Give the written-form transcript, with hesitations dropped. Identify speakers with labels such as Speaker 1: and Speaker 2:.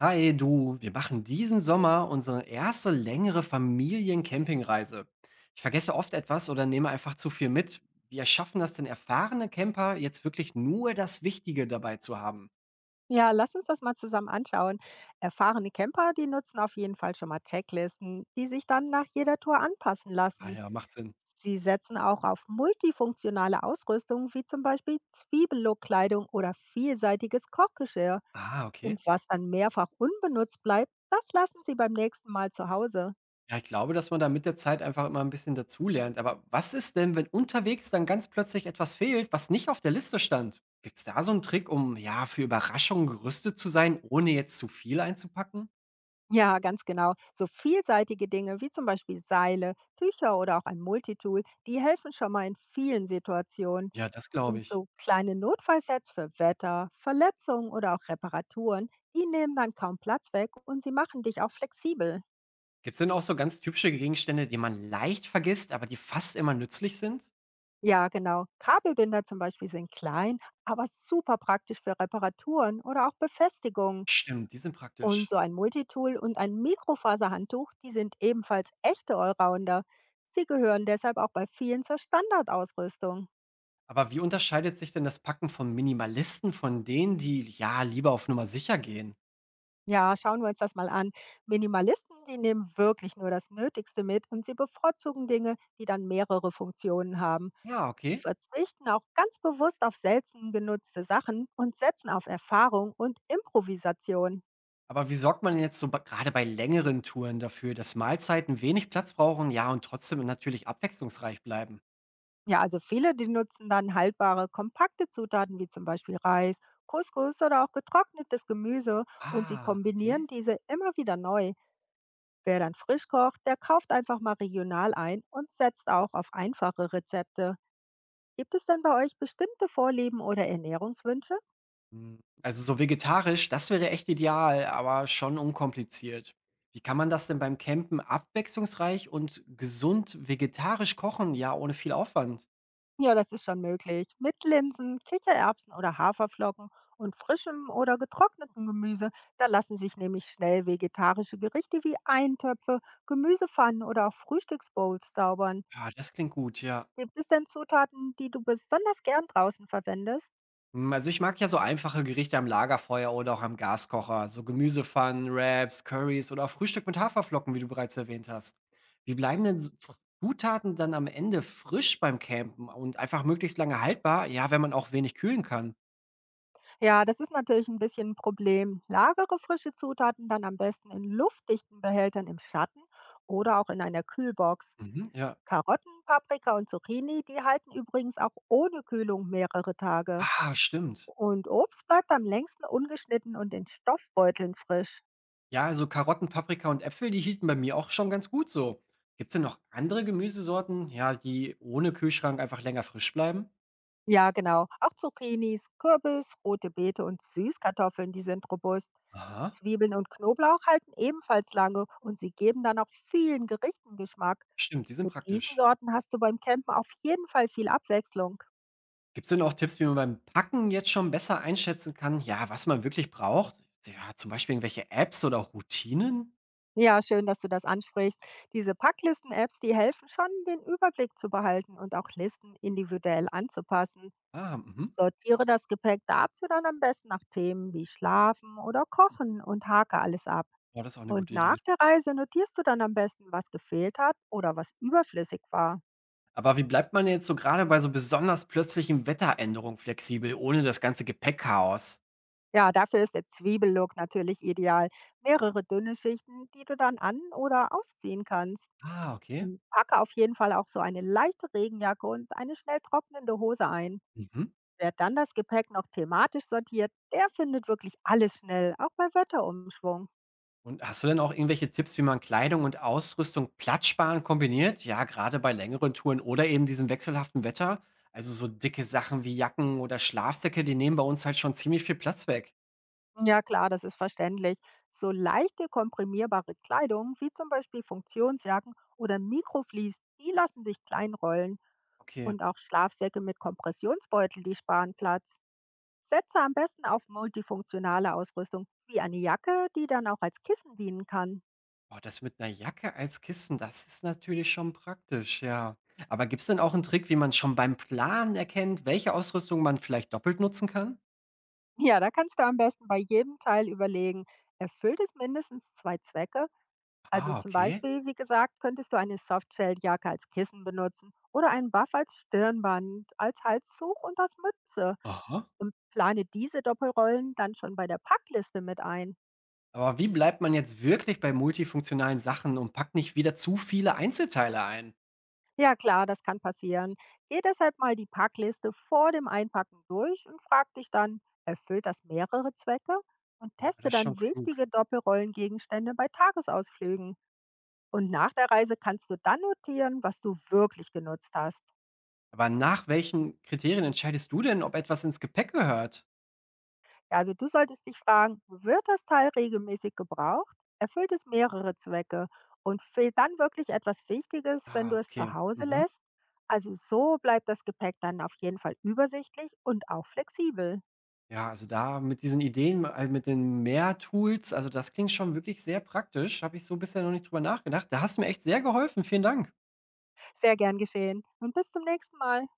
Speaker 1: Hi du, wir machen diesen Sommer unsere erste längere Familiencampingreise. Ich vergesse oft etwas oder nehme einfach zu viel mit. Wie schaffen das denn erfahrene Camper, jetzt wirklich nur das Wichtige dabei zu haben?
Speaker 2: Ja, lass uns das mal zusammen anschauen. Erfahrene Camper, die nutzen auf jeden Fall schon mal Checklisten, die sich dann nach jeder Tour anpassen
Speaker 1: Ah
Speaker 2: lassen.
Speaker 1: ja, macht Sinn.
Speaker 2: Sie setzen auch auf multifunktionale Ausrüstung, wie zum Beispiel Zwiebellookkleidung oder vielseitiges Kochgeschirr.
Speaker 1: Ah, okay.
Speaker 2: Und was dann mehrfach unbenutzt bleibt, das lassen Sie beim nächsten Mal zu Hause.
Speaker 1: Ja, ich glaube, dass man da mit der Zeit einfach immer ein bisschen dazulernt. Aber was ist denn, wenn unterwegs dann ganz plötzlich etwas fehlt, was nicht auf der Liste stand? Gibt es da so einen Trick, um ja für Überraschungen gerüstet zu sein, ohne jetzt zu viel einzupacken?
Speaker 2: Ja, ganz genau. So vielseitige Dinge wie zum Beispiel Seile, Tücher oder auch ein Multitool, die helfen schon mal in vielen Situationen.
Speaker 1: Ja, das glaube
Speaker 2: Und
Speaker 1: ich.
Speaker 2: so kleine Notfallsets für Wetter, Verletzungen oder auch Reparaturen, die nehmen dann kaum Platz weg und sie machen dich auch flexibel.
Speaker 1: Gibt es denn auch so ganz typische Gegenstände, die man leicht vergisst, aber die fast immer nützlich sind?
Speaker 2: Ja, genau. Kabelbinder zum Beispiel sind klein, aber super praktisch für Reparaturen oder auch Befestigungen.
Speaker 1: Stimmt, die sind
Speaker 2: Und
Speaker 1: praktisch.
Speaker 2: so ein Multitool und ein Mikrofaserhandtuch, die sind ebenfalls echte Allrounder. Sie gehören deshalb auch bei vielen zur Standardausrüstung.
Speaker 1: Aber wie unterscheidet sich denn das Packen von Minimalisten von denen, die ja lieber auf Nummer sicher gehen?
Speaker 2: Ja, schauen wir uns das mal an. Minimalisten, die nehmen wirklich nur das Nötigste mit und sie bevorzugen Dinge, die dann mehrere Funktionen haben.
Speaker 1: Ja,
Speaker 2: Sie
Speaker 1: okay.
Speaker 2: verzichten auch ganz bewusst auf selten genutzte Sachen und setzen auf Erfahrung und Improvisation.
Speaker 1: Aber wie sorgt man denn jetzt so gerade bei längeren Touren dafür, dass Mahlzeiten wenig Platz brauchen, ja, und trotzdem natürlich abwechslungsreich bleiben?
Speaker 2: Ja, also viele, die nutzen dann haltbare, kompakte Zutaten wie zum Beispiel Reis, Couscous oder auch getrocknetes Gemüse und sie
Speaker 1: Ah,
Speaker 2: kombinieren
Speaker 1: okay.
Speaker 2: diese immer wieder neu. Wer dann frisch kocht, der kauft einfach mal regional ein und setzt auch auf einfache Rezepte. Gibt es denn bei euch bestimmte Vorlieben oder Ernährungswünsche?
Speaker 1: Hm, also so vegetarisch, das wäre echt ideal, aber schon unkompliziert. Wie kann man das denn beim Campen abwechslungsreich und gesund vegetarisch kochen, ja, ohne viel Aufwand?
Speaker 2: Ja, das ist schon möglich. Mit Linsen, Kichererbsen oder Haferflocken und frischem oder getrocknetem Gemüse, da lassen sich nämlich schnell vegetarische Gerichte wie Eintöpfe, Gemüsepfannen oder auch Frühstücksbowls zaubern.
Speaker 1: Ja, das klingt gut, ja.
Speaker 2: Gibt es denn Zutaten, die du besonders gern draußen verwendest?
Speaker 1: Hm, also ich mag ja so einfache Gerichte am Lagerfeuer oder auch am Gaskocher, so Gemüsepfannen, Wraps, Currys oder auch Frühstück mit Haferflocken, wie du bereits erwähnt hast. Wie bleiben denn so Zutaten dann am Ende frisch beim Campen und einfach möglichst lange haltbar, ja, wenn man auch wenig kühlen kann?
Speaker 2: Ja, das ist natürlich ein bisschen ein Problem. Lagere frische Zutaten dann am besten in luftdichten Behältern im Schatten oder auch in einer Kühlbox.
Speaker 1: Mhm, ja.
Speaker 2: Karotten, Paprika und Zucchini, die halten übrigens auch ohne Kühlung mehrere Tage.
Speaker 1: Ah, stimmt.
Speaker 2: Und Obst bleibt am längsten ungeschnitten und in Stoffbeuteln frisch.
Speaker 1: Ja, also Karotten, Paprika und Äpfel, die hielten bei mir auch schon ganz gut so. Gibt's denn noch andere Gemüsesorten, ja, die ohne Kühlschrank einfach länger frisch bleiben?
Speaker 2: Ja, genau. Auch Zucchinis, Kürbis, rote Beete und Süßkartoffeln, die sind robust.
Speaker 1: Aha,
Speaker 2: Zwiebeln und Knoblauch halten ebenfalls lange und sie geben dann auch vielen Gerichten Geschmack.
Speaker 1: stimmt, die sind
Speaker 2: Mit diesen
Speaker 1: praktisch.
Speaker 2: Sorten hast du beim Campen auf jeden Fall viel Abwechslung.
Speaker 1: Gibt's denn auch Tipps, wie man beim Packen jetzt schon besser einschätzen kann, ja, was man wirklich braucht? Ja, zum Beispiel irgendwelche Apps oder auch Routinen?
Speaker 2: Ja, schön, dass du das ansprichst. Diese Packlisten-Apps, die helfen schon, den Überblick zu behalten und auch Listen individuell anzupassen.
Speaker 1: Ah, mhm.
Speaker 2: Sortiere das Gepäck dazu dann am besten nach Themen wie Schlafen oder Kochen und hake alles ab.
Speaker 1: Ja, das ist auch eine
Speaker 2: Und
Speaker 1: gute
Speaker 2: nach
Speaker 1: Idee.
Speaker 2: der Reise notierst du dann am besten, was gefehlt hat oder was überflüssig war.
Speaker 1: Aber wie bleibt man jetzt so gerade bei so besonders plötzlichen Wetteränderungen flexibel, ohne das ganze Gepäckchaos?
Speaker 2: Ja, dafür ist der Zwiebellook natürlich ideal. Mehrere dünne Schichten, die du dann an- oder ausziehen kannst.
Speaker 1: Ah, okay.
Speaker 2: Und packe auf jeden Fall auch so eine leichte Regenjacke und eine schnell trocknende Hose ein.
Speaker 1: Mhm.
Speaker 2: Wer dann das Gepäck noch thematisch sortiert, der findet wirklich alles schnell, auch bei Wetterumschwung.
Speaker 1: Und hast du denn auch irgendwelche Tipps, wie man Kleidung und Ausrüstung platzsparend kombiniert? Ja, gerade bei längeren Touren oder eben diesem wechselhaften Wetter. Also so dicke Sachen wie Jacken oder Schlafsäcke, die nehmen bei uns halt schon ziemlich viel Platz weg.
Speaker 2: Ja klar, das ist verständlich. So leichte komprimierbare Kleidung, wie zum Beispiel Funktionsjacken oder Mikroflies, die lassen sich kleinrollen.
Speaker 1: Okay.
Speaker 2: Und auch Schlafsäcke mit Kompressionsbeutel, die sparen Platz. Setze am besten auf multifunktionale Ausrüstung, wie eine Jacke, die dann auch als Kissen dienen kann.
Speaker 1: Boah, das mit einer Jacke als Kissen, das ist natürlich schon praktisch, ja. Aber gibt es denn auch einen Trick, wie man schon beim Planen erkennt, welche Ausrüstung man vielleicht doppelt nutzen kann?
Speaker 2: Ja, da kannst du am besten bei jedem Teil überlegen, erfüllt es mindestens zwei Zwecke? Also
Speaker 1: Ah,
Speaker 2: zum
Speaker 1: okay.
Speaker 2: Beispiel, wie gesagt, könntest du eine Softshelljacke als Kissen benutzen oder einen Buff als Stirnband, als Halstuch und als Mütze.
Speaker 1: Aha.
Speaker 2: Und plane diese Doppelrollen dann schon bei der Packliste mit ein.
Speaker 1: Aber wie bleibt man jetzt wirklich bei multifunktionalen Sachen und packt nicht wieder zu viele Einzelteile ein?
Speaker 2: Ja klar, das kann passieren. Geh deshalb mal die Packliste vor dem Einpacken durch und frag dich dann, erfüllt das mehrere Zwecke? Und
Speaker 1: Ja,
Speaker 2: teste
Speaker 1: das ist schon
Speaker 2: dann
Speaker 1: klug.
Speaker 2: wichtige Doppelrollengegenstände bei Tagesausflügen. Und nach der Reise kannst du dann notieren, was du wirklich genutzt hast.
Speaker 1: Aber nach welchen Kriterien entscheidest du denn, ob etwas ins Gepäck gehört?
Speaker 2: Ja, also du solltest dich fragen, wird das Teil regelmäßig gebraucht? Erfüllt es mehrere Zwecke? Und fehlt dann wirklich etwas Wichtiges, wenn du
Speaker 1: Ah,
Speaker 2: es zu
Speaker 1: okay.
Speaker 2: Hause
Speaker 1: Mhm.
Speaker 2: lässt? Also so bleibt das Gepäck dann auf jeden Fall übersichtlich und auch flexibel.
Speaker 1: Ja, also da mit diesen Ideen, also mit den Mehr-Tools, also das klingt schon wirklich sehr praktisch. Habe ich so bisher noch nicht drüber nachgedacht. Da hast du mir echt sehr geholfen. Vielen Dank.
Speaker 2: Sehr gern geschehen und bis zum nächsten Mal.